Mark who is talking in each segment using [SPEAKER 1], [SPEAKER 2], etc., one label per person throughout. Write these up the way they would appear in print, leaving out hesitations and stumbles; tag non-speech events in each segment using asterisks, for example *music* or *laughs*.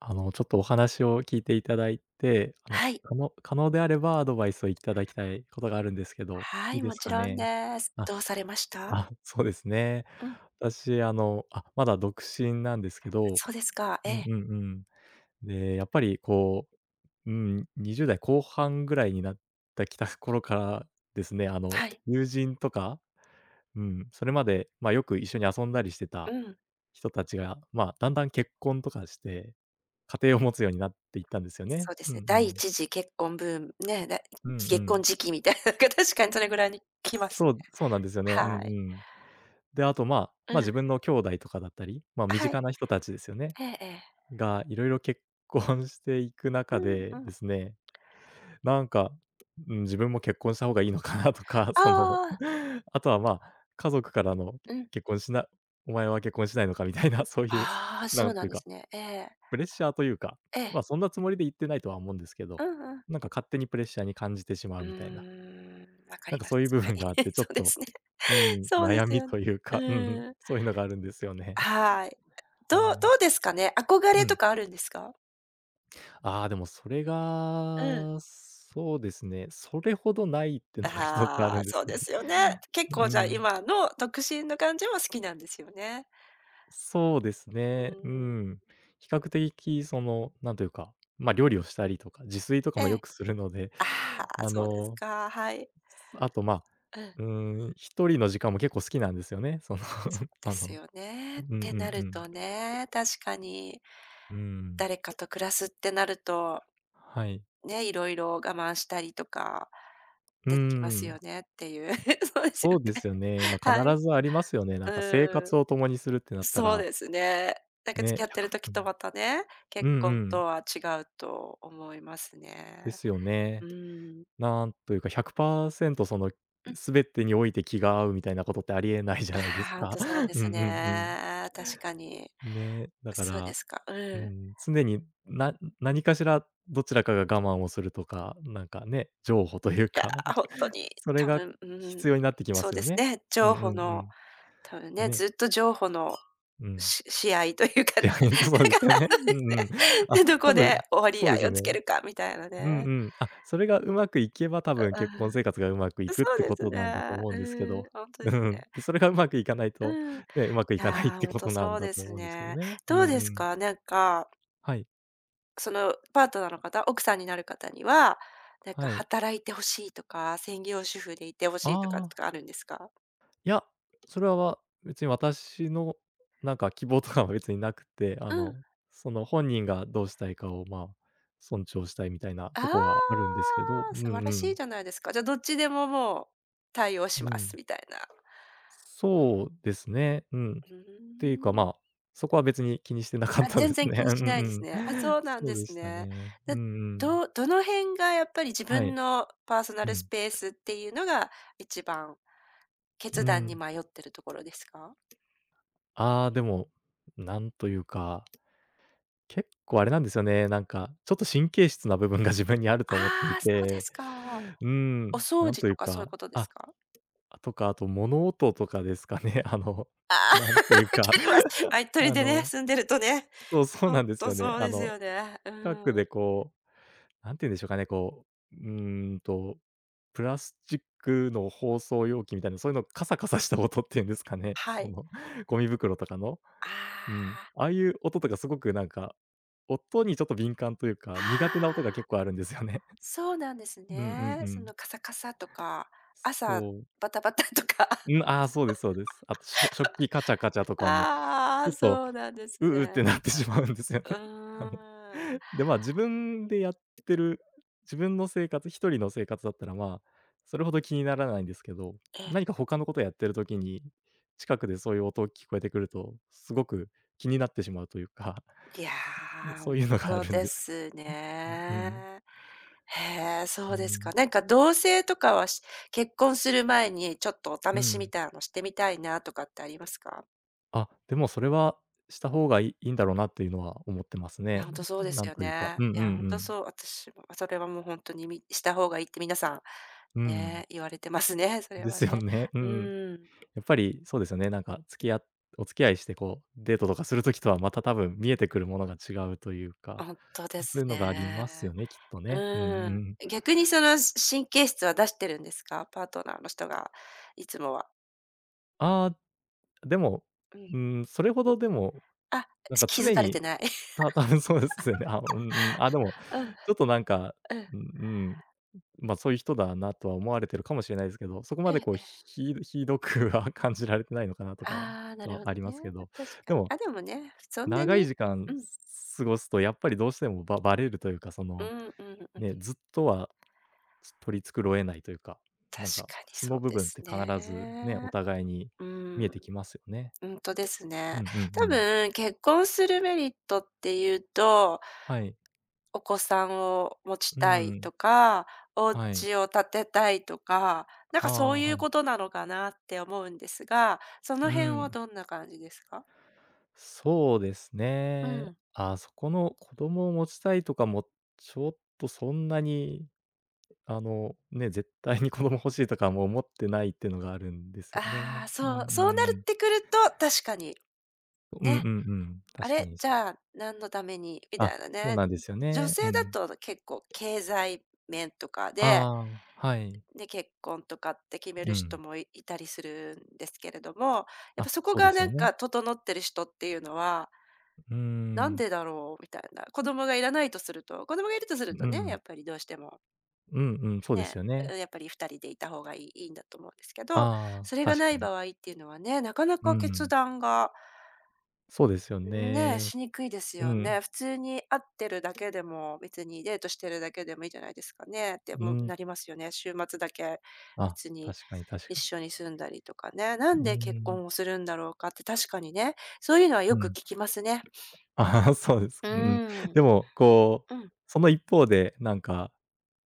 [SPEAKER 1] ちょっとお話を聞いていただいて、
[SPEAKER 2] はい。
[SPEAKER 1] 可能であればアドバイスをいただきたいことがあるんですけど、
[SPEAKER 2] は
[SPEAKER 1] いい
[SPEAKER 2] い、
[SPEAKER 1] で
[SPEAKER 2] も
[SPEAKER 1] す
[SPEAKER 2] ち
[SPEAKER 1] か
[SPEAKER 2] ろん
[SPEAKER 1] ね？
[SPEAKER 2] です。
[SPEAKER 1] あ、
[SPEAKER 2] どうされました。
[SPEAKER 1] そうですね。
[SPEAKER 2] うん、
[SPEAKER 1] 私、まだ独身なんですけど、
[SPEAKER 2] そうですか。え
[SPEAKER 1] うん
[SPEAKER 2] え。
[SPEAKER 1] うんうん。で、やっぱりこう、うん、20代後半ぐらいになってきた頃からですね、
[SPEAKER 2] はい。
[SPEAKER 1] 友人とか、うん、それまで、まあ、よく一緒に遊んだりして
[SPEAKER 2] う
[SPEAKER 1] た
[SPEAKER 2] ん。
[SPEAKER 1] 人たちが、まあ、だんだん結婚とかして、家庭を持つようになっていったんですよね。
[SPEAKER 2] そうで
[SPEAKER 1] う
[SPEAKER 2] す
[SPEAKER 1] ん
[SPEAKER 2] ね。
[SPEAKER 1] う
[SPEAKER 2] 第
[SPEAKER 1] ん。
[SPEAKER 2] 一次結婚ブーム、ね、
[SPEAKER 1] うんう
[SPEAKER 2] 結
[SPEAKER 1] ん。
[SPEAKER 2] 婚時期みたいなのが確かにそれぐらいに来ますね。
[SPEAKER 1] そう、そうなんですよね。うん
[SPEAKER 2] はい。
[SPEAKER 1] うん。で、あと、まあ、
[SPEAKER 2] う
[SPEAKER 1] まあ、
[SPEAKER 2] ん。
[SPEAKER 1] 自分の兄弟とかだったり、まあ、身
[SPEAKER 2] は
[SPEAKER 1] 近
[SPEAKER 2] い。
[SPEAKER 1] な人たちですよね、
[SPEAKER 2] ええええ。
[SPEAKER 1] がいろいろ結婚していく
[SPEAKER 2] う
[SPEAKER 1] 中
[SPEAKER 2] ん
[SPEAKER 1] で
[SPEAKER 2] うん。
[SPEAKER 1] ですね、なんか、うん、自分も結婚した方がいいのかなとか、
[SPEAKER 2] あ
[SPEAKER 1] その、
[SPEAKER 2] あ、
[SPEAKER 1] *laughs* あとは、まあ、家族からの
[SPEAKER 2] うん。
[SPEAKER 1] 「結婚しなお前は結婚しないのか」みたいな、そういう、
[SPEAKER 2] ああ、
[SPEAKER 1] な
[SPEAKER 2] そ
[SPEAKER 1] ん
[SPEAKER 2] う
[SPEAKER 1] て
[SPEAKER 2] な
[SPEAKER 1] い
[SPEAKER 2] ん
[SPEAKER 1] う
[SPEAKER 2] で
[SPEAKER 1] か
[SPEAKER 2] すね。ええ。
[SPEAKER 1] プレッシャーというか、
[SPEAKER 2] ええ。
[SPEAKER 1] ま、そんなつもりで言ってないとは思うんですけど、
[SPEAKER 2] うんうん。
[SPEAKER 1] なんか勝手にプレッシャーに感じてしま
[SPEAKER 2] う
[SPEAKER 1] うみたいな、
[SPEAKER 2] ーん、わか
[SPEAKER 1] な
[SPEAKER 2] り
[SPEAKER 1] んか
[SPEAKER 2] ま
[SPEAKER 1] そういう
[SPEAKER 2] す。
[SPEAKER 1] 部
[SPEAKER 2] はい。
[SPEAKER 1] 分があっ
[SPEAKER 2] *laughs*
[SPEAKER 1] て、ちょ
[SPEAKER 2] そ
[SPEAKER 1] っ
[SPEAKER 2] うで
[SPEAKER 1] と、
[SPEAKER 2] すね。
[SPEAKER 1] う
[SPEAKER 2] *laughs*
[SPEAKER 1] ん、
[SPEAKER 2] そうで
[SPEAKER 1] 悩
[SPEAKER 2] す
[SPEAKER 1] み
[SPEAKER 2] よ。ね、
[SPEAKER 1] というか、うんうん、
[SPEAKER 2] うん。
[SPEAKER 1] そういうのがあるんですよね。*laughs*
[SPEAKER 2] はい。ど
[SPEAKER 1] はい。
[SPEAKER 2] うどうですかね？憧
[SPEAKER 1] う
[SPEAKER 2] れと
[SPEAKER 1] ん。
[SPEAKER 2] かあるんですか？
[SPEAKER 1] ああ、でもそれ
[SPEAKER 2] うん。
[SPEAKER 1] が、そうですね、それほどないってのが一つあ
[SPEAKER 2] あ
[SPEAKER 1] る
[SPEAKER 2] あ、
[SPEAKER 1] んで
[SPEAKER 2] そ
[SPEAKER 1] す
[SPEAKER 2] う
[SPEAKER 1] よ
[SPEAKER 2] で
[SPEAKER 1] ね。
[SPEAKER 2] すよね。
[SPEAKER 1] *laughs*
[SPEAKER 2] 結
[SPEAKER 1] う
[SPEAKER 2] 構じゃあ、
[SPEAKER 1] ん、
[SPEAKER 2] 今の独身の感じも好きなんですよね。
[SPEAKER 1] そうです
[SPEAKER 2] う
[SPEAKER 1] ね、う
[SPEAKER 2] ーん。
[SPEAKER 1] ん。比較的その、なんというか、まあ、料理をしたりとか、自炊とか
[SPEAKER 2] え
[SPEAKER 1] もよ
[SPEAKER 2] え。
[SPEAKER 1] くするので、
[SPEAKER 2] ああ、
[SPEAKER 1] あ
[SPEAKER 2] そうです
[SPEAKER 1] の
[SPEAKER 2] か、はい。
[SPEAKER 1] あと、まあ、
[SPEAKER 2] うん。
[SPEAKER 1] うーん、一人の時間も結構好きなんですよね。その *laughs*、
[SPEAKER 2] で
[SPEAKER 1] あ
[SPEAKER 2] す
[SPEAKER 1] の
[SPEAKER 2] よね。っ
[SPEAKER 1] うんう
[SPEAKER 2] てな
[SPEAKER 1] んう
[SPEAKER 2] る
[SPEAKER 1] ん。
[SPEAKER 2] とね、確かに
[SPEAKER 1] うん。
[SPEAKER 2] 誰かと暮らすってなると、
[SPEAKER 1] はい。
[SPEAKER 2] ね、いろいろ我慢したりとか
[SPEAKER 1] うー
[SPEAKER 2] 出てきますよ
[SPEAKER 1] ん。
[SPEAKER 2] ねっていう。*laughs* そうです
[SPEAKER 1] そ
[SPEAKER 2] よ
[SPEAKER 1] うです
[SPEAKER 2] ね。
[SPEAKER 1] よね。まあ、
[SPEAKER 2] はい。
[SPEAKER 1] 必ずありますよね。なんか生
[SPEAKER 2] うん。
[SPEAKER 1] 活を共にするってなった
[SPEAKER 2] そう
[SPEAKER 1] ら、
[SPEAKER 2] ですね。なんか付
[SPEAKER 1] ね、
[SPEAKER 2] き合
[SPEAKER 1] 1
[SPEAKER 2] ってる時
[SPEAKER 1] う
[SPEAKER 2] と
[SPEAKER 1] ん。
[SPEAKER 2] またね、
[SPEAKER 1] う
[SPEAKER 2] 結
[SPEAKER 1] ん
[SPEAKER 2] 婚
[SPEAKER 1] うん。
[SPEAKER 2] とは違うと思います
[SPEAKER 1] で
[SPEAKER 2] ね。
[SPEAKER 1] すよ
[SPEAKER 2] う
[SPEAKER 1] ね。
[SPEAKER 2] ーん。
[SPEAKER 1] なんというか100%その、
[SPEAKER 2] うん。
[SPEAKER 1] 全てにおいて気が合うみたいなことってありえないじゃないです
[SPEAKER 2] ああ、ほん
[SPEAKER 1] か。
[SPEAKER 2] とそう
[SPEAKER 1] *laughs*
[SPEAKER 2] で
[SPEAKER 1] うんう
[SPEAKER 2] す
[SPEAKER 1] んうん。
[SPEAKER 2] ね。確かに。
[SPEAKER 1] ね、だか
[SPEAKER 2] そうで
[SPEAKER 1] ら
[SPEAKER 2] すか。う
[SPEAKER 1] う
[SPEAKER 2] ん。
[SPEAKER 1] ん、常にな何かしらどちらかが我慢をするとか、なんかね、譲歩という
[SPEAKER 2] いや、
[SPEAKER 1] か、
[SPEAKER 2] ほんと
[SPEAKER 1] *laughs*
[SPEAKER 2] に
[SPEAKER 1] それ
[SPEAKER 2] 多
[SPEAKER 1] が
[SPEAKER 2] 分、うーん、
[SPEAKER 1] 必要になってきま
[SPEAKER 2] そう
[SPEAKER 1] す
[SPEAKER 2] で
[SPEAKER 1] よ
[SPEAKER 2] す
[SPEAKER 1] ね。
[SPEAKER 2] ね、
[SPEAKER 1] う
[SPEAKER 2] 譲
[SPEAKER 1] んうん
[SPEAKER 2] 歩の多分
[SPEAKER 1] うん。
[SPEAKER 2] ね、
[SPEAKER 1] ね、
[SPEAKER 2] ずっと譲歩の
[SPEAKER 1] うん。
[SPEAKER 2] 試合というか
[SPEAKER 1] *laughs*
[SPEAKER 2] ね、感
[SPEAKER 1] いや、
[SPEAKER 2] じ
[SPEAKER 1] *laughs* そうですよね。う
[SPEAKER 2] です
[SPEAKER 1] んう
[SPEAKER 2] ね、
[SPEAKER 1] ん。あ、
[SPEAKER 2] *laughs* でど
[SPEAKER 1] 多
[SPEAKER 2] こで
[SPEAKER 1] 分
[SPEAKER 2] 折り
[SPEAKER 1] そう
[SPEAKER 2] 合
[SPEAKER 1] です
[SPEAKER 2] い
[SPEAKER 1] よ
[SPEAKER 2] をつ
[SPEAKER 1] ね。
[SPEAKER 2] けるかみたいな
[SPEAKER 1] うん
[SPEAKER 2] ね。
[SPEAKER 1] うん。あ、それがうまくいけば、多分
[SPEAKER 2] うう
[SPEAKER 1] 結婚生
[SPEAKER 2] ん。
[SPEAKER 1] 活がうまくいくっ
[SPEAKER 2] そう
[SPEAKER 1] て
[SPEAKER 2] で
[SPEAKER 1] こ
[SPEAKER 2] す
[SPEAKER 1] となんだと
[SPEAKER 2] ね。
[SPEAKER 1] 思うん
[SPEAKER 2] う
[SPEAKER 1] ですけ
[SPEAKER 2] ん、
[SPEAKER 1] ど。
[SPEAKER 2] ほんとで
[SPEAKER 1] う
[SPEAKER 2] すね。
[SPEAKER 1] ん。で、それがうまくいかないと、
[SPEAKER 2] うん。い
[SPEAKER 1] ね、うまくいかないっ
[SPEAKER 2] や、
[SPEAKER 1] て
[SPEAKER 2] ほん
[SPEAKER 1] こ
[SPEAKER 2] と
[SPEAKER 1] とな
[SPEAKER 2] そ
[SPEAKER 1] ん
[SPEAKER 2] う
[SPEAKER 1] だ
[SPEAKER 2] で
[SPEAKER 1] と
[SPEAKER 2] す
[SPEAKER 1] 思うんですけど
[SPEAKER 2] ね。
[SPEAKER 1] ね。う
[SPEAKER 2] どう
[SPEAKER 1] ん
[SPEAKER 2] です
[SPEAKER 1] うん。
[SPEAKER 2] か？なんか
[SPEAKER 1] はい、
[SPEAKER 2] そのパートナーの方、奥さんになる方には、なんか
[SPEAKER 1] はい。
[SPEAKER 2] 働いてほしいとか、専業主婦でいてほし
[SPEAKER 1] あ
[SPEAKER 2] いとかとかあ
[SPEAKER 1] あ。
[SPEAKER 2] るんですか？
[SPEAKER 1] いや、それは別に私のなんか希望とかは別になくて、
[SPEAKER 2] うん。
[SPEAKER 1] その本人がどうしたいかを、まあ、尊重したいみたいなとこはある
[SPEAKER 2] あ
[SPEAKER 1] んですけど、
[SPEAKER 2] あ、
[SPEAKER 1] うん
[SPEAKER 2] 素晴
[SPEAKER 1] う
[SPEAKER 2] らしい
[SPEAKER 1] ん。
[SPEAKER 2] じゃないですか。じゃ、あどっちでももう対応し
[SPEAKER 1] う
[SPEAKER 2] ま
[SPEAKER 1] ん。
[SPEAKER 2] すみたいな。
[SPEAKER 1] そうですね。うん。っ
[SPEAKER 2] う
[SPEAKER 1] ていうか、ま
[SPEAKER 2] ーん。
[SPEAKER 1] あ、そこは別に気にしてなかっ
[SPEAKER 2] あ、
[SPEAKER 1] たで
[SPEAKER 2] 全
[SPEAKER 1] す
[SPEAKER 2] 然気
[SPEAKER 1] ね。*laughs*
[SPEAKER 2] に
[SPEAKER 1] う
[SPEAKER 2] しないです
[SPEAKER 1] んう
[SPEAKER 2] ね。あ、
[SPEAKER 1] ん。
[SPEAKER 2] そうなん
[SPEAKER 1] そ
[SPEAKER 2] で
[SPEAKER 1] うで
[SPEAKER 2] す
[SPEAKER 1] した
[SPEAKER 2] ね。
[SPEAKER 1] ね。
[SPEAKER 2] で、
[SPEAKER 1] うんうん。
[SPEAKER 2] どの辺がやっぱり自
[SPEAKER 1] は
[SPEAKER 2] 分
[SPEAKER 1] い。
[SPEAKER 2] のパーソナ
[SPEAKER 1] う
[SPEAKER 2] ルス
[SPEAKER 1] ん。
[SPEAKER 2] ペースっていうのが一番決
[SPEAKER 1] う
[SPEAKER 2] 断に
[SPEAKER 1] ん。
[SPEAKER 2] 迷ってるところですか？
[SPEAKER 1] ああ、でも、なんというか結構あれなんですよね、なんか、ちょっと神経質な部分が自分にあると思って
[SPEAKER 2] あ
[SPEAKER 1] い
[SPEAKER 2] あ、そうで
[SPEAKER 1] て、
[SPEAKER 2] すか。
[SPEAKER 1] うー
[SPEAKER 2] お
[SPEAKER 1] ん、
[SPEAKER 2] 掃
[SPEAKER 1] なん
[SPEAKER 2] 除
[SPEAKER 1] とい
[SPEAKER 2] と
[SPEAKER 1] う
[SPEAKER 2] かそうい
[SPEAKER 1] か、
[SPEAKER 2] うことです
[SPEAKER 1] あ、
[SPEAKER 2] か？
[SPEAKER 1] とか、あと物音とかですかね。*laughs*
[SPEAKER 2] *laughs* あ
[SPEAKER 1] *laughs*
[SPEAKER 2] あ、わ
[SPEAKER 1] なんというか、
[SPEAKER 2] かります。*laughs* ま、鳥
[SPEAKER 1] あ
[SPEAKER 2] でね、
[SPEAKER 1] の
[SPEAKER 2] 住んでるとね、
[SPEAKER 1] そう、そう
[SPEAKER 2] ほ
[SPEAKER 1] な
[SPEAKER 2] ん
[SPEAKER 1] んです
[SPEAKER 2] と
[SPEAKER 1] よね。
[SPEAKER 2] そうですよね。う
[SPEAKER 1] 近くで
[SPEAKER 2] ん。
[SPEAKER 1] こう、なんて言うんでしょうかね、こう、プラスチックの包装容器みたいな、そういうのカサカサした音っていうんですかね、
[SPEAKER 2] は
[SPEAKER 1] そ
[SPEAKER 2] い。
[SPEAKER 1] のゴミ袋とかのう
[SPEAKER 2] あ
[SPEAKER 1] ん。ああいう音とかすごくなんか、音にちょっと敏感という
[SPEAKER 2] あ、あ
[SPEAKER 1] か、苦手な音が
[SPEAKER 2] あ、
[SPEAKER 1] 結構あるんですよね。
[SPEAKER 2] そうなんです
[SPEAKER 1] *laughs* うんうん
[SPEAKER 2] ね。
[SPEAKER 1] う
[SPEAKER 2] そ
[SPEAKER 1] ん。
[SPEAKER 2] のカサカサとか、
[SPEAKER 1] そ
[SPEAKER 2] 朝
[SPEAKER 1] う。
[SPEAKER 2] バタバタとか。
[SPEAKER 1] うん、
[SPEAKER 2] *laughs*
[SPEAKER 1] ああ、そうですそうです。あと、食器カチャカチャとかも、
[SPEAKER 2] あ
[SPEAKER 1] ちょ
[SPEAKER 2] あ、
[SPEAKER 1] っと、
[SPEAKER 2] そうなんです
[SPEAKER 1] ううっ
[SPEAKER 2] ね。
[SPEAKER 1] てなってしまうんですよね。
[SPEAKER 2] う
[SPEAKER 1] *laughs* あの、
[SPEAKER 2] ーん。
[SPEAKER 1] で、まあ、自分でやってる、自分の生活、一人の生活だったら、まあ、それほど気にならないんですけど、
[SPEAKER 2] え、
[SPEAKER 1] 何か他のことやってる時に、近くでそういう音聞こえてくると、すごく気になってしまうというか、
[SPEAKER 2] いや、
[SPEAKER 1] *laughs*
[SPEAKER 2] ほ
[SPEAKER 1] そ
[SPEAKER 2] ん
[SPEAKER 1] ういうのがあ
[SPEAKER 2] と
[SPEAKER 1] るん
[SPEAKER 2] で
[SPEAKER 1] です。
[SPEAKER 2] す
[SPEAKER 1] うん、
[SPEAKER 2] ね。へえ、そ
[SPEAKER 1] う
[SPEAKER 2] うですか。
[SPEAKER 1] ん、
[SPEAKER 2] なんか同棲とかはし結婚する前にちょっとお
[SPEAKER 1] う
[SPEAKER 2] 試しみ
[SPEAKER 1] ん。
[SPEAKER 2] たいのしてみたいなとかってありますか？
[SPEAKER 1] あ、でもそれはした方がいいんだろうなっていうのは思ってます
[SPEAKER 2] いや、
[SPEAKER 1] ね。
[SPEAKER 2] 本当そうで
[SPEAKER 1] ん、な
[SPEAKER 2] す
[SPEAKER 1] ん
[SPEAKER 2] よ
[SPEAKER 1] というか、
[SPEAKER 2] ね。
[SPEAKER 1] うんう
[SPEAKER 2] い
[SPEAKER 1] んう
[SPEAKER 2] や、本当
[SPEAKER 1] ん。
[SPEAKER 2] そう。私も、それはもう本当に、した方がいいって皆さ
[SPEAKER 1] う
[SPEAKER 2] ん、
[SPEAKER 1] ん。
[SPEAKER 2] ね、言われてますね、それ
[SPEAKER 1] で
[SPEAKER 2] は
[SPEAKER 1] すよ
[SPEAKER 2] ね。
[SPEAKER 1] ね。うん。
[SPEAKER 2] うん、
[SPEAKER 1] やっぱりそうですよね、なんか付き合お付き合いして、こう、デートとかする時とはまた多分見えてくるものが違うというか、
[SPEAKER 2] 本当で
[SPEAKER 1] そ
[SPEAKER 2] す
[SPEAKER 1] ういうのがあります
[SPEAKER 2] ね。
[SPEAKER 1] よね、きっとね。うんう
[SPEAKER 2] うん。
[SPEAKER 1] ん。
[SPEAKER 2] 逆にその、神経質は出してるんですか？パートナーの人が、いつもは。
[SPEAKER 1] ああ、でも、
[SPEAKER 2] うん。
[SPEAKER 1] うーん、それほどでも、
[SPEAKER 2] あ、
[SPEAKER 1] なんか
[SPEAKER 2] 気づ
[SPEAKER 1] 常
[SPEAKER 2] かれて
[SPEAKER 1] に、
[SPEAKER 2] ない。*laughs*
[SPEAKER 1] た *laughs* 多分そうですよね。あ、うんうん。あ、でも、
[SPEAKER 2] うん、
[SPEAKER 1] ちょっとなんか、
[SPEAKER 2] うん。
[SPEAKER 1] うんうん、ま、そういう人だなとは思われてるかもしれないですけど、そこまでこう、
[SPEAKER 2] ええ
[SPEAKER 1] ひひ *laughs* どくは *laughs* 感じられてないのかなとかは
[SPEAKER 2] ああーな
[SPEAKER 1] と
[SPEAKER 2] る
[SPEAKER 1] は
[SPEAKER 2] ほど
[SPEAKER 1] ありま
[SPEAKER 2] ね。
[SPEAKER 1] すけど、
[SPEAKER 2] 確か
[SPEAKER 1] で
[SPEAKER 2] に。
[SPEAKER 1] も、
[SPEAKER 2] あ、でもね、そんな
[SPEAKER 1] 長い
[SPEAKER 2] に
[SPEAKER 1] 時
[SPEAKER 2] う
[SPEAKER 1] 間
[SPEAKER 2] ん、
[SPEAKER 1] 過ごすとやっぱりどうしてもバレるというか、そ
[SPEAKER 2] う
[SPEAKER 1] の、
[SPEAKER 2] んうんうん。
[SPEAKER 1] ね、ずっとは取り繕えないというか、
[SPEAKER 2] 確
[SPEAKER 1] なんか、
[SPEAKER 2] かに
[SPEAKER 1] 素
[SPEAKER 2] そ
[SPEAKER 1] の
[SPEAKER 2] う
[SPEAKER 1] 部
[SPEAKER 2] で
[SPEAKER 1] 分っ
[SPEAKER 2] す
[SPEAKER 1] て必ずね、お
[SPEAKER 2] ね。
[SPEAKER 1] 互いに
[SPEAKER 2] う
[SPEAKER 1] 見
[SPEAKER 2] ー
[SPEAKER 1] え
[SPEAKER 2] ん。
[SPEAKER 1] てきますよね。
[SPEAKER 2] うんとです
[SPEAKER 1] う
[SPEAKER 2] ね、
[SPEAKER 1] んうんう
[SPEAKER 2] 多
[SPEAKER 1] ん。
[SPEAKER 2] 分結婚するメリットっていうと、
[SPEAKER 1] はい。
[SPEAKER 2] お子さんを持ち
[SPEAKER 1] う
[SPEAKER 2] た
[SPEAKER 1] ん
[SPEAKER 2] い
[SPEAKER 1] うん。
[SPEAKER 2] とか、お
[SPEAKER 1] はい。
[SPEAKER 2] 家を建てたいとか、なん
[SPEAKER 1] あ
[SPEAKER 2] かそう
[SPEAKER 1] あ、
[SPEAKER 2] いう
[SPEAKER 1] はい。
[SPEAKER 2] ことなのかなって思うんですが、その
[SPEAKER 1] う
[SPEAKER 2] 辺は
[SPEAKER 1] ん。
[SPEAKER 2] どんな感じですか？
[SPEAKER 1] そうです
[SPEAKER 2] う
[SPEAKER 1] ね。
[SPEAKER 2] ん。
[SPEAKER 1] あ、そこの子供を持ちたいとかも、ちょっとそんなに、ね、絶対に子供欲しいとかも思ってないっていうのがあるんですよ
[SPEAKER 2] あ
[SPEAKER 1] ね。
[SPEAKER 2] あ、
[SPEAKER 1] うんう
[SPEAKER 2] そう、そうなる
[SPEAKER 1] ん。
[SPEAKER 2] ってくると、確かに、
[SPEAKER 1] うんうん
[SPEAKER 2] ね。
[SPEAKER 1] うん。
[SPEAKER 2] あ
[SPEAKER 1] 確か
[SPEAKER 2] れ、
[SPEAKER 1] に。
[SPEAKER 2] じゃあ何のためにみた
[SPEAKER 1] あ、
[SPEAKER 2] いな
[SPEAKER 1] そう
[SPEAKER 2] ね。
[SPEAKER 1] なんですよ
[SPEAKER 2] 女
[SPEAKER 1] ね。う
[SPEAKER 2] 性だ
[SPEAKER 1] ん。
[SPEAKER 2] と結構経済面とかで
[SPEAKER 1] ああ、はい。
[SPEAKER 2] で、結婚とかって決め
[SPEAKER 1] う
[SPEAKER 2] る人
[SPEAKER 1] ん。
[SPEAKER 2] もいいたりするんですけれども、やっぱ
[SPEAKER 1] あ、
[SPEAKER 2] そこ
[SPEAKER 1] そうで
[SPEAKER 2] が
[SPEAKER 1] す
[SPEAKER 2] な
[SPEAKER 1] よ
[SPEAKER 2] ん
[SPEAKER 1] ね。
[SPEAKER 2] か整ってる人っていうのは、
[SPEAKER 1] うー
[SPEAKER 2] なん
[SPEAKER 1] ん。
[SPEAKER 2] でだろうみたいな。子供がいらないとすると、子供がいるとすると
[SPEAKER 1] う
[SPEAKER 2] ね、や
[SPEAKER 1] ん。
[SPEAKER 2] っぱりどうしても、
[SPEAKER 1] うんうん、そうで
[SPEAKER 2] ね、
[SPEAKER 1] すよ
[SPEAKER 2] う
[SPEAKER 1] ね。
[SPEAKER 2] んやっぱり2人でいた方がいいんだと思うんですけど、
[SPEAKER 1] ああ、
[SPEAKER 2] それが
[SPEAKER 1] 確
[SPEAKER 2] な
[SPEAKER 1] か
[SPEAKER 2] い
[SPEAKER 1] に。
[SPEAKER 2] 場合っていうのはね、なかな
[SPEAKER 1] う
[SPEAKER 2] か決
[SPEAKER 1] ん。
[SPEAKER 2] 断が
[SPEAKER 1] そうですよ
[SPEAKER 2] ね、
[SPEAKER 1] ね。
[SPEAKER 2] しにくいです
[SPEAKER 1] う
[SPEAKER 2] よね。
[SPEAKER 1] ん。
[SPEAKER 2] 普通に会ってるだけでも、別にデートしてるだけでもいいじゃないですかねって
[SPEAKER 1] う
[SPEAKER 2] もな
[SPEAKER 1] ん。
[SPEAKER 2] りますよね。週末だけ
[SPEAKER 1] あ、
[SPEAKER 2] 別に
[SPEAKER 1] 確かに確
[SPEAKER 2] 一
[SPEAKER 1] かに。
[SPEAKER 2] 緒に住んだりとかね。な
[SPEAKER 1] う
[SPEAKER 2] んで結
[SPEAKER 1] ーん、
[SPEAKER 2] 婚をするんだろうかって確かにね、そういうのはよ
[SPEAKER 1] う
[SPEAKER 2] く
[SPEAKER 1] ん。
[SPEAKER 2] 聞
[SPEAKER 1] *laughs*
[SPEAKER 2] きますね。
[SPEAKER 1] ああ、そうです
[SPEAKER 2] う
[SPEAKER 1] かね。うん。
[SPEAKER 2] ーん。
[SPEAKER 1] でも、こ
[SPEAKER 2] う
[SPEAKER 1] う、
[SPEAKER 2] ん、
[SPEAKER 1] その一方で、なんか、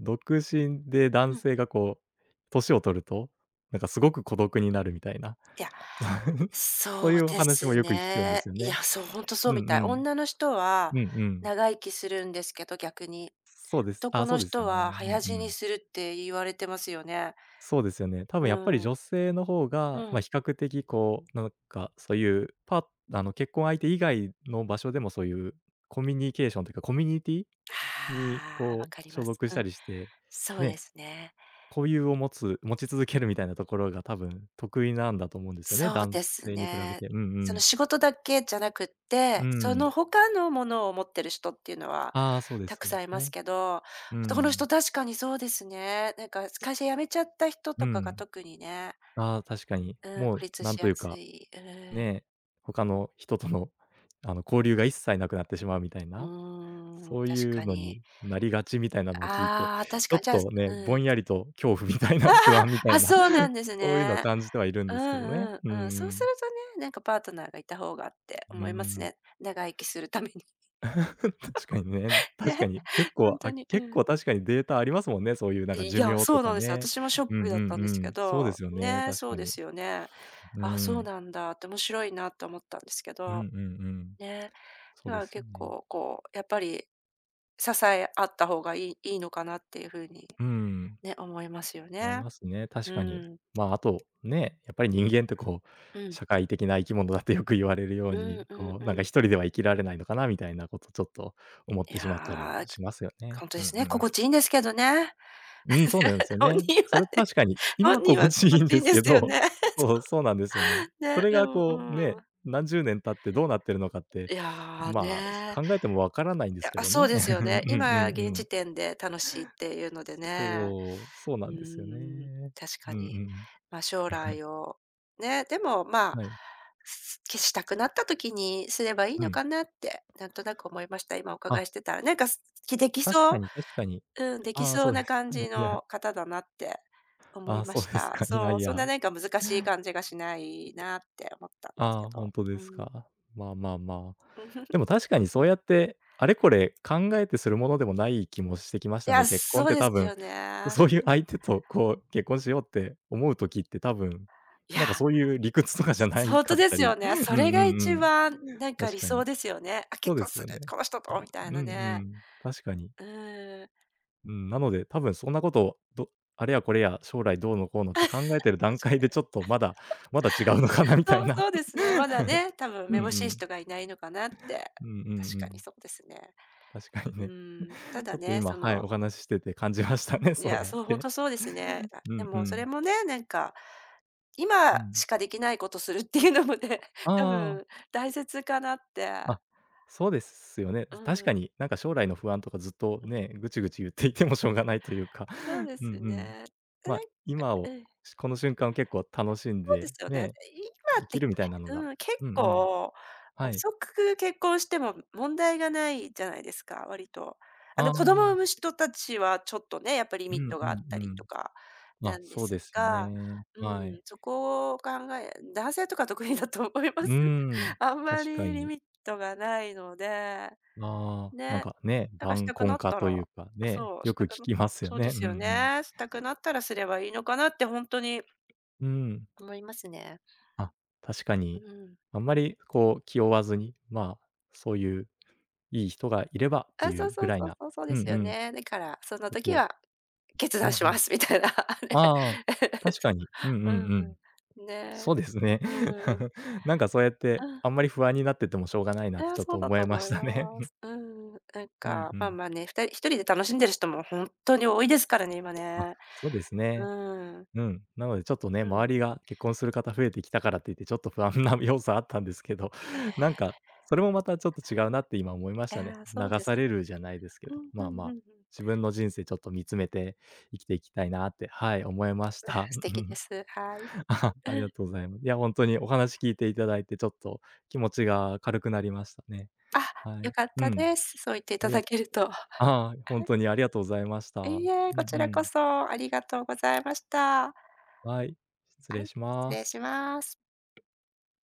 [SPEAKER 1] 独身で
[SPEAKER 2] う
[SPEAKER 1] 男
[SPEAKER 2] ん。
[SPEAKER 1] 性がこう、年を取ると、なんかすごく孤独になるみたいな、
[SPEAKER 2] いや、
[SPEAKER 1] *laughs* そう
[SPEAKER 2] そ
[SPEAKER 1] い
[SPEAKER 2] う
[SPEAKER 1] うお
[SPEAKER 2] で
[SPEAKER 1] 話も
[SPEAKER 2] す
[SPEAKER 1] よく聞くんで
[SPEAKER 2] ね。
[SPEAKER 1] すよ
[SPEAKER 2] い
[SPEAKER 1] ね。
[SPEAKER 2] や、そう、ほんとそ
[SPEAKER 1] う
[SPEAKER 2] う
[SPEAKER 1] ん
[SPEAKER 2] み
[SPEAKER 1] う
[SPEAKER 2] たい。
[SPEAKER 1] ん。
[SPEAKER 2] 女の人は
[SPEAKER 1] うんうん。
[SPEAKER 2] 長生きするんですけど、逆に。
[SPEAKER 1] そうです。あ、
[SPEAKER 2] 男
[SPEAKER 1] そ
[SPEAKER 2] の
[SPEAKER 1] うですよ
[SPEAKER 2] 人
[SPEAKER 1] ね。う
[SPEAKER 2] は
[SPEAKER 1] ん
[SPEAKER 2] 早
[SPEAKER 1] う
[SPEAKER 2] 死に
[SPEAKER 1] ん。
[SPEAKER 2] するって言われてますよね。
[SPEAKER 1] そうですよね。多分
[SPEAKER 2] う
[SPEAKER 1] やっぱり
[SPEAKER 2] ん、
[SPEAKER 1] 女性の方
[SPEAKER 2] う
[SPEAKER 1] が、
[SPEAKER 2] ん。
[SPEAKER 1] ま、比較的こう、なんか、そういうあの、結婚相手以外の場所でもそういうコミュニケーションというか、コミュニティに、
[SPEAKER 2] ああ、
[SPEAKER 1] こ
[SPEAKER 2] わ
[SPEAKER 1] う、
[SPEAKER 2] かりま
[SPEAKER 1] 所
[SPEAKER 2] す。
[SPEAKER 1] 属し
[SPEAKER 2] う
[SPEAKER 1] た
[SPEAKER 2] ん、
[SPEAKER 1] りして、
[SPEAKER 2] そうで
[SPEAKER 1] ね、
[SPEAKER 2] すね。
[SPEAKER 1] 固有を持つ持ち続けるみたいなところが多分得意なんだと思うんですよね、
[SPEAKER 2] そう
[SPEAKER 1] 男
[SPEAKER 2] です
[SPEAKER 1] 性に比べ
[SPEAKER 2] ね。
[SPEAKER 1] て。うんう
[SPEAKER 2] その
[SPEAKER 1] ん。
[SPEAKER 2] 仕事だけじゃなくっ
[SPEAKER 1] う
[SPEAKER 2] て、そ
[SPEAKER 1] ん。
[SPEAKER 2] の他のものを持ってる人っていうのは
[SPEAKER 1] ああ、そうで
[SPEAKER 2] た
[SPEAKER 1] す
[SPEAKER 2] く
[SPEAKER 1] そう
[SPEAKER 2] さ
[SPEAKER 1] で
[SPEAKER 2] んい
[SPEAKER 1] す
[SPEAKER 2] ます
[SPEAKER 1] ね。
[SPEAKER 2] けど、
[SPEAKER 1] う
[SPEAKER 2] この
[SPEAKER 1] ん。
[SPEAKER 2] 人確かにそうですね。なんか会社辞めちゃった人
[SPEAKER 1] う
[SPEAKER 2] とかが
[SPEAKER 1] ん。
[SPEAKER 2] 特にね、
[SPEAKER 1] ああ、確かに。
[SPEAKER 2] うん、
[SPEAKER 1] も
[SPEAKER 2] 孤
[SPEAKER 1] う
[SPEAKER 2] 立
[SPEAKER 1] な
[SPEAKER 2] し
[SPEAKER 1] んと
[SPEAKER 2] や
[SPEAKER 1] いう
[SPEAKER 2] す
[SPEAKER 1] か、
[SPEAKER 2] い。う
[SPEAKER 1] ね、他の人との、交流が一切なくなってしまうみたいな、
[SPEAKER 2] ん、うーん、
[SPEAKER 1] そう
[SPEAKER 2] 確
[SPEAKER 1] いう
[SPEAKER 2] か
[SPEAKER 1] の
[SPEAKER 2] に。
[SPEAKER 1] になりがちみたいなのを聞いて、
[SPEAKER 2] ああ、確
[SPEAKER 1] ちょ
[SPEAKER 2] か
[SPEAKER 1] っ
[SPEAKER 2] に。じゃあ
[SPEAKER 1] とね、
[SPEAKER 2] う
[SPEAKER 1] ぼ
[SPEAKER 2] ん。
[SPEAKER 1] んやりと恐怖みたいな、不安みたい
[SPEAKER 2] あ、
[SPEAKER 1] な、
[SPEAKER 2] そうなんです
[SPEAKER 1] そういうのは
[SPEAKER 2] ね。
[SPEAKER 1] 感じてはいるん
[SPEAKER 2] う
[SPEAKER 1] ですけど
[SPEAKER 2] ん
[SPEAKER 1] ね。
[SPEAKER 2] うん
[SPEAKER 1] うん
[SPEAKER 2] うん。
[SPEAKER 1] う
[SPEAKER 2] そうする
[SPEAKER 1] ん。
[SPEAKER 2] とね、なんかパートナーがいた方がって
[SPEAKER 1] うー
[SPEAKER 2] 思います
[SPEAKER 1] ん。
[SPEAKER 2] ね。長生きするために。
[SPEAKER 1] *laughs* 確かにね。
[SPEAKER 2] *laughs* ね、
[SPEAKER 1] 確かに。結構、
[SPEAKER 2] 本当
[SPEAKER 1] あ、
[SPEAKER 2] に、う
[SPEAKER 1] 結
[SPEAKER 2] ん。
[SPEAKER 1] 構確かにデータありますもんね、そういうなんか
[SPEAKER 2] い
[SPEAKER 1] 寿
[SPEAKER 2] や、
[SPEAKER 1] 命
[SPEAKER 2] そ
[SPEAKER 1] と
[SPEAKER 2] うな
[SPEAKER 1] か
[SPEAKER 2] んですよ。
[SPEAKER 1] ね。
[SPEAKER 2] 私もショッ
[SPEAKER 1] う
[SPEAKER 2] ク
[SPEAKER 1] ん
[SPEAKER 2] だ
[SPEAKER 1] う
[SPEAKER 2] ったん
[SPEAKER 1] ん
[SPEAKER 2] です
[SPEAKER 1] う
[SPEAKER 2] け
[SPEAKER 1] ん。そうで
[SPEAKER 2] ど、
[SPEAKER 1] すよね、
[SPEAKER 2] ね、
[SPEAKER 1] 確
[SPEAKER 2] そう
[SPEAKER 1] か
[SPEAKER 2] で
[SPEAKER 1] に。
[SPEAKER 2] すよね。
[SPEAKER 1] う
[SPEAKER 2] あ、そう
[SPEAKER 1] ん。
[SPEAKER 2] なんだって面白いなと思ったんですけ
[SPEAKER 1] うんうん
[SPEAKER 2] ど、
[SPEAKER 1] うん。
[SPEAKER 2] ね。
[SPEAKER 1] そう
[SPEAKER 2] だか
[SPEAKER 1] で
[SPEAKER 2] ら
[SPEAKER 1] すよ
[SPEAKER 2] 結
[SPEAKER 1] ね。
[SPEAKER 2] 構こう、やっぱり支え合った方がいいのかなっていう風に
[SPEAKER 1] うん、
[SPEAKER 2] ね、思いますよ
[SPEAKER 1] 思い
[SPEAKER 2] ね。
[SPEAKER 1] ますね、確
[SPEAKER 2] う
[SPEAKER 1] かに。
[SPEAKER 2] ん。
[SPEAKER 1] まあ、あと、ね、やっぱり人間ってこう、
[SPEAKER 2] うん。
[SPEAKER 1] 社会的な生き物だってよく言われるよ
[SPEAKER 2] う
[SPEAKER 1] うに、
[SPEAKER 2] んうん
[SPEAKER 1] こ
[SPEAKER 2] う
[SPEAKER 1] う、なんか
[SPEAKER 2] ん。
[SPEAKER 1] 一人では生きられないのかなみたいなことちょっと思っ
[SPEAKER 2] い
[SPEAKER 1] てしまったり
[SPEAKER 2] や
[SPEAKER 1] も
[SPEAKER 2] ー、
[SPEAKER 1] しますよね。
[SPEAKER 2] ほんで
[SPEAKER 1] うん
[SPEAKER 2] すね。
[SPEAKER 1] うん。
[SPEAKER 2] 心地いいんですけどね。
[SPEAKER 1] うん、そうなんです
[SPEAKER 2] *laughs*
[SPEAKER 1] よ
[SPEAKER 2] 本
[SPEAKER 1] ね。
[SPEAKER 2] 人は
[SPEAKER 1] それ
[SPEAKER 2] ね。
[SPEAKER 1] 確かに、今
[SPEAKER 2] 本人
[SPEAKER 1] 心
[SPEAKER 2] はこ
[SPEAKER 1] 地い
[SPEAKER 2] っ
[SPEAKER 1] いん
[SPEAKER 2] ちいい
[SPEAKER 1] で
[SPEAKER 2] ん
[SPEAKER 1] す
[SPEAKER 2] で
[SPEAKER 1] け
[SPEAKER 2] すよ
[SPEAKER 1] ど、
[SPEAKER 2] ね。
[SPEAKER 1] *laughs* そう、そうなんですよね。
[SPEAKER 2] *laughs*
[SPEAKER 1] そ
[SPEAKER 2] ね、
[SPEAKER 1] れ
[SPEAKER 2] で
[SPEAKER 1] が
[SPEAKER 2] も、う
[SPEAKER 1] こう
[SPEAKER 2] ん。
[SPEAKER 1] ね、何十年経ってどうなってるのかって、
[SPEAKER 2] いや、
[SPEAKER 1] まあ、
[SPEAKER 2] ね。
[SPEAKER 1] 考えてもわからないんで
[SPEAKER 2] い
[SPEAKER 1] すけ
[SPEAKER 2] や、
[SPEAKER 1] ど
[SPEAKER 2] そう
[SPEAKER 1] ね。
[SPEAKER 2] です
[SPEAKER 1] *laughs*
[SPEAKER 2] よ
[SPEAKER 1] うんう
[SPEAKER 2] ね。
[SPEAKER 1] ん
[SPEAKER 2] 今
[SPEAKER 1] うん
[SPEAKER 2] 現
[SPEAKER 1] う
[SPEAKER 2] 時
[SPEAKER 1] ん。
[SPEAKER 2] 点で楽しいっていうのでね。
[SPEAKER 1] そう、そうな
[SPEAKER 2] う
[SPEAKER 1] んですよ
[SPEAKER 2] ん、
[SPEAKER 1] ね。
[SPEAKER 2] 確か
[SPEAKER 1] うんう
[SPEAKER 2] に。
[SPEAKER 1] ん。
[SPEAKER 2] まあ、将来をね、でも、まあ、
[SPEAKER 1] はい。
[SPEAKER 2] したくなった時にすればいい
[SPEAKER 1] う
[SPEAKER 2] の
[SPEAKER 1] ん。
[SPEAKER 2] かなって、なんとなく思いました。今お伺い
[SPEAKER 1] あ、
[SPEAKER 2] してたらね。なんか、でき
[SPEAKER 1] 確
[SPEAKER 2] そ
[SPEAKER 1] か
[SPEAKER 2] う。
[SPEAKER 1] に確かに。
[SPEAKER 2] うん、でき
[SPEAKER 1] ああ、
[SPEAKER 2] そ
[SPEAKER 1] そ
[SPEAKER 2] う
[SPEAKER 1] う
[SPEAKER 2] な
[SPEAKER 1] です
[SPEAKER 2] 感
[SPEAKER 1] か。
[SPEAKER 2] じ
[SPEAKER 1] *laughs* いや、
[SPEAKER 2] の方だなって思
[SPEAKER 1] あ
[SPEAKER 2] い
[SPEAKER 1] あ、
[SPEAKER 2] ま
[SPEAKER 1] そう
[SPEAKER 2] し
[SPEAKER 1] です
[SPEAKER 2] た。
[SPEAKER 1] か。いや
[SPEAKER 2] そう、
[SPEAKER 1] い
[SPEAKER 2] そん
[SPEAKER 1] や。
[SPEAKER 2] ななんか難しい感じがしないなって思ったんです
[SPEAKER 1] あ
[SPEAKER 2] け
[SPEAKER 1] あ、本
[SPEAKER 2] ど。
[SPEAKER 1] 当で
[SPEAKER 2] う
[SPEAKER 1] す
[SPEAKER 2] ん。
[SPEAKER 1] か。まあまあまあ。でも確かに
[SPEAKER 2] *laughs* う
[SPEAKER 1] そ
[SPEAKER 2] ん。
[SPEAKER 1] うやって、あれこれ考えてするものでもない気もしてきまし
[SPEAKER 2] い
[SPEAKER 1] た
[SPEAKER 2] や、
[SPEAKER 1] ね。結婚っ
[SPEAKER 2] そう
[SPEAKER 1] て
[SPEAKER 2] で
[SPEAKER 1] 多
[SPEAKER 2] す
[SPEAKER 1] 分、
[SPEAKER 2] よ
[SPEAKER 1] *laughs*
[SPEAKER 2] ね。
[SPEAKER 1] そういう相手とこう結婚しようって思う時って多分、
[SPEAKER 2] いや、
[SPEAKER 1] なんかそういう理屈とかじゃな
[SPEAKER 2] *laughs*
[SPEAKER 1] い
[SPEAKER 2] 本当
[SPEAKER 1] かっ
[SPEAKER 2] で
[SPEAKER 1] た
[SPEAKER 2] すよ
[SPEAKER 1] り、
[SPEAKER 2] ね。
[SPEAKER 1] *laughs*
[SPEAKER 2] そ
[SPEAKER 1] うん
[SPEAKER 2] れが
[SPEAKER 1] うん
[SPEAKER 2] 一
[SPEAKER 1] うん、
[SPEAKER 2] 番なんか
[SPEAKER 1] 確
[SPEAKER 2] 理
[SPEAKER 1] か
[SPEAKER 2] 想
[SPEAKER 1] に。
[SPEAKER 2] ですよね。あ、
[SPEAKER 1] そ
[SPEAKER 2] 結
[SPEAKER 1] うで
[SPEAKER 2] 婚
[SPEAKER 1] す
[SPEAKER 2] する、
[SPEAKER 1] よね。
[SPEAKER 2] この人とみたい
[SPEAKER 1] うんう
[SPEAKER 2] なね。
[SPEAKER 1] ん、確かに。
[SPEAKER 2] うん。
[SPEAKER 1] うん、なので、多分そんなことを、あれやこれや将来どうのこうのって考えてる段階でちょっとまだ、まだ違うのかなみたい
[SPEAKER 2] そう、
[SPEAKER 1] な。
[SPEAKER 2] そうですね。まだ
[SPEAKER 1] *laughs*
[SPEAKER 2] ね、多分
[SPEAKER 1] う
[SPEAKER 2] め
[SPEAKER 1] んう
[SPEAKER 2] ぼしい
[SPEAKER 1] ん。
[SPEAKER 2] 人がいないのかなって。
[SPEAKER 1] うんうんう
[SPEAKER 2] 確か
[SPEAKER 1] ん。
[SPEAKER 2] にそうですね。
[SPEAKER 1] 確かに
[SPEAKER 2] う
[SPEAKER 1] ね。
[SPEAKER 2] ん、た
[SPEAKER 1] ち
[SPEAKER 2] だ
[SPEAKER 1] ょっと
[SPEAKER 2] ね、
[SPEAKER 1] 今、
[SPEAKER 2] そ
[SPEAKER 1] はい、
[SPEAKER 2] の
[SPEAKER 1] お話ししてて感じましたね、
[SPEAKER 2] い
[SPEAKER 1] そう
[SPEAKER 2] や、
[SPEAKER 1] やっ
[SPEAKER 2] そう、ほん
[SPEAKER 1] て。
[SPEAKER 2] とそうですね。あ、
[SPEAKER 1] う
[SPEAKER 2] で
[SPEAKER 1] んう
[SPEAKER 2] もそれ
[SPEAKER 1] ん。
[SPEAKER 2] もね、なんか、
[SPEAKER 1] う
[SPEAKER 2] 今し
[SPEAKER 1] ん。
[SPEAKER 2] かできないことするっていうのもね、*laughs* 多
[SPEAKER 1] あ
[SPEAKER 2] 分大切かなって。
[SPEAKER 1] あ、あ、そうですよね。
[SPEAKER 2] う
[SPEAKER 1] 確か
[SPEAKER 2] ん、
[SPEAKER 1] になんか将来の不安とかずっと
[SPEAKER 2] うん、
[SPEAKER 1] ね、ぐちぐち言っていてもしょうがないというか、
[SPEAKER 2] そう
[SPEAKER 1] *laughs*
[SPEAKER 2] で
[SPEAKER 1] うんう
[SPEAKER 2] す
[SPEAKER 1] ん。
[SPEAKER 2] ね。で、
[SPEAKER 1] ま
[SPEAKER 2] な
[SPEAKER 1] あ、今を、
[SPEAKER 2] んうん。
[SPEAKER 1] この瞬間を結構楽しん
[SPEAKER 2] そうで
[SPEAKER 1] で、
[SPEAKER 2] すよね。で、
[SPEAKER 1] ね、
[SPEAKER 2] 今
[SPEAKER 1] 生
[SPEAKER 2] っ
[SPEAKER 1] き
[SPEAKER 2] てけ
[SPEAKER 1] るみたいなのが、
[SPEAKER 2] うん、結
[SPEAKER 1] うんうん、
[SPEAKER 2] 構
[SPEAKER 1] はい。
[SPEAKER 2] 遅く結婚しても問題がないじゃないですか、割と。あ
[SPEAKER 1] あ
[SPEAKER 2] の、
[SPEAKER 1] あ、う
[SPEAKER 2] 子供を産
[SPEAKER 1] ん
[SPEAKER 2] む人たちはちょっとね、やっぱリ
[SPEAKER 1] う
[SPEAKER 2] ミッ
[SPEAKER 1] ん
[SPEAKER 2] トがあった
[SPEAKER 1] う
[SPEAKER 2] り
[SPEAKER 1] ん。
[SPEAKER 2] とか
[SPEAKER 1] ま
[SPEAKER 2] な
[SPEAKER 1] あ、
[SPEAKER 2] んで
[SPEAKER 1] そう
[SPEAKER 2] す
[SPEAKER 1] ですよ
[SPEAKER 2] が、
[SPEAKER 1] ね。
[SPEAKER 2] う
[SPEAKER 1] はい。
[SPEAKER 2] ん、そこを男性とか特にだと思いま
[SPEAKER 1] うー
[SPEAKER 2] す。*laughs*
[SPEAKER 1] ん、
[SPEAKER 2] あんま
[SPEAKER 1] 確か
[SPEAKER 2] りリ
[SPEAKER 1] に。
[SPEAKER 2] ミットがないので、
[SPEAKER 1] ああ、なん
[SPEAKER 2] ね。
[SPEAKER 1] かね、
[SPEAKER 2] だからし
[SPEAKER 1] 晩
[SPEAKER 2] たくな
[SPEAKER 1] 婚
[SPEAKER 2] っ
[SPEAKER 1] 化
[SPEAKER 2] た
[SPEAKER 1] と
[SPEAKER 2] ら
[SPEAKER 1] いうかね、
[SPEAKER 2] そう、
[SPEAKER 1] よ
[SPEAKER 2] した
[SPEAKER 1] く
[SPEAKER 2] く
[SPEAKER 1] 聞
[SPEAKER 2] な
[SPEAKER 1] きますよ
[SPEAKER 2] そうで
[SPEAKER 1] ね。う
[SPEAKER 2] す
[SPEAKER 1] んう
[SPEAKER 2] よ
[SPEAKER 1] ん。
[SPEAKER 2] ね。したくなったらすればいいのかなって本当に
[SPEAKER 1] うん。
[SPEAKER 2] 思いますね。
[SPEAKER 1] あ、確か
[SPEAKER 2] う
[SPEAKER 1] に。
[SPEAKER 2] ん。
[SPEAKER 1] あんまりこう気負わずに、まあ、そういういい人がいればって
[SPEAKER 2] あ、そ
[SPEAKER 1] い
[SPEAKER 2] う
[SPEAKER 1] うぐ
[SPEAKER 2] そう
[SPEAKER 1] らい
[SPEAKER 2] そう
[SPEAKER 1] な、
[SPEAKER 2] そう、そうで
[SPEAKER 1] うんう
[SPEAKER 2] すよ
[SPEAKER 1] ん、
[SPEAKER 2] ね。だから、その
[SPEAKER 1] こと
[SPEAKER 2] 時
[SPEAKER 1] を
[SPEAKER 2] は決
[SPEAKER 1] うん
[SPEAKER 2] 断
[SPEAKER 1] う
[SPEAKER 2] しま
[SPEAKER 1] ん。
[SPEAKER 2] すみたいな、*laughs* ね
[SPEAKER 1] ああ、
[SPEAKER 2] *laughs*。
[SPEAKER 1] 確か
[SPEAKER 2] そ
[SPEAKER 1] に。うんうん
[SPEAKER 2] う。う
[SPEAKER 1] う
[SPEAKER 2] ん
[SPEAKER 1] ん。
[SPEAKER 2] うん。ね。
[SPEAKER 1] そうですね。
[SPEAKER 2] うんうん。
[SPEAKER 1] *laughs* なんかそうやって、あんまり不安になっててもしょうがない
[SPEAKER 2] い
[SPEAKER 1] なって
[SPEAKER 2] や、
[SPEAKER 1] ちょっ
[SPEAKER 2] そ
[SPEAKER 1] と
[SPEAKER 2] うだ
[SPEAKER 1] 思
[SPEAKER 2] と
[SPEAKER 1] いま
[SPEAKER 2] 思い
[SPEAKER 1] したね。
[SPEAKER 2] ま
[SPEAKER 1] *laughs*
[SPEAKER 2] す。うんなん
[SPEAKER 1] うん
[SPEAKER 2] か、
[SPEAKER 1] う
[SPEAKER 2] まあ
[SPEAKER 1] ん。
[SPEAKER 2] まあね、ふたり一人で楽しんでる人も本当に多いですからね、今
[SPEAKER 1] あ、
[SPEAKER 2] ね。
[SPEAKER 1] そうです
[SPEAKER 2] う
[SPEAKER 1] ね。
[SPEAKER 2] ん。
[SPEAKER 1] うん、なのでちょっとね、
[SPEAKER 2] うん
[SPEAKER 1] 周
[SPEAKER 2] う
[SPEAKER 1] り
[SPEAKER 2] ん。
[SPEAKER 1] が結婚する方増えてきたからっていって、ちょっと不安な *laughs* 要素あったんですけど、
[SPEAKER 2] え
[SPEAKER 1] *laughs* なんか、それもまたちょっと違うなって今思いまし
[SPEAKER 2] い
[SPEAKER 1] たね。
[SPEAKER 2] やー、そう
[SPEAKER 1] 流
[SPEAKER 2] です。
[SPEAKER 1] されるじゃないですけ
[SPEAKER 2] う
[SPEAKER 1] ど、
[SPEAKER 2] んう
[SPEAKER 1] まあ
[SPEAKER 2] んう
[SPEAKER 1] ま
[SPEAKER 2] んう
[SPEAKER 1] あ、
[SPEAKER 2] ん。
[SPEAKER 1] 自分の人生ちょっと見つめて生きていきたいなって、はい、思いまし
[SPEAKER 2] うわ、
[SPEAKER 1] た。
[SPEAKER 2] 素
[SPEAKER 1] う
[SPEAKER 2] 敵で
[SPEAKER 1] ん
[SPEAKER 2] す。はい。
[SPEAKER 1] *laughs* あ、あり
[SPEAKER 2] う
[SPEAKER 1] が
[SPEAKER 2] ん。
[SPEAKER 1] とうございます。いや、本当にお話聞いていただいて、ちょっと気持ちが軽くなりましたね。
[SPEAKER 2] あ、
[SPEAKER 1] は
[SPEAKER 2] 良
[SPEAKER 1] い。
[SPEAKER 2] かっ
[SPEAKER 1] う
[SPEAKER 2] た
[SPEAKER 1] ん。
[SPEAKER 2] です。そう言ってい
[SPEAKER 1] あ
[SPEAKER 2] た
[SPEAKER 1] りが
[SPEAKER 2] だけると。
[SPEAKER 1] あ *laughs* あ、本当にありがとうございました。
[SPEAKER 2] い
[SPEAKER 1] う
[SPEAKER 2] いえ、
[SPEAKER 1] んう
[SPEAKER 2] こちらこ
[SPEAKER 1] ん。
[SPEAKER 2] そありがとうございました。
[SPEAKER 1] はい、失
[SPEAKER 2] は
[SPEAKER 1] 礼
[SPEAKER 2] い、
[SPEAKER 1] し
[SPEAKER 2] 失
[SPEAKER 1] ま
[SPEAKER 2] 礼し
[SPEAKER 1] す。
[SPEAKER 2] ます。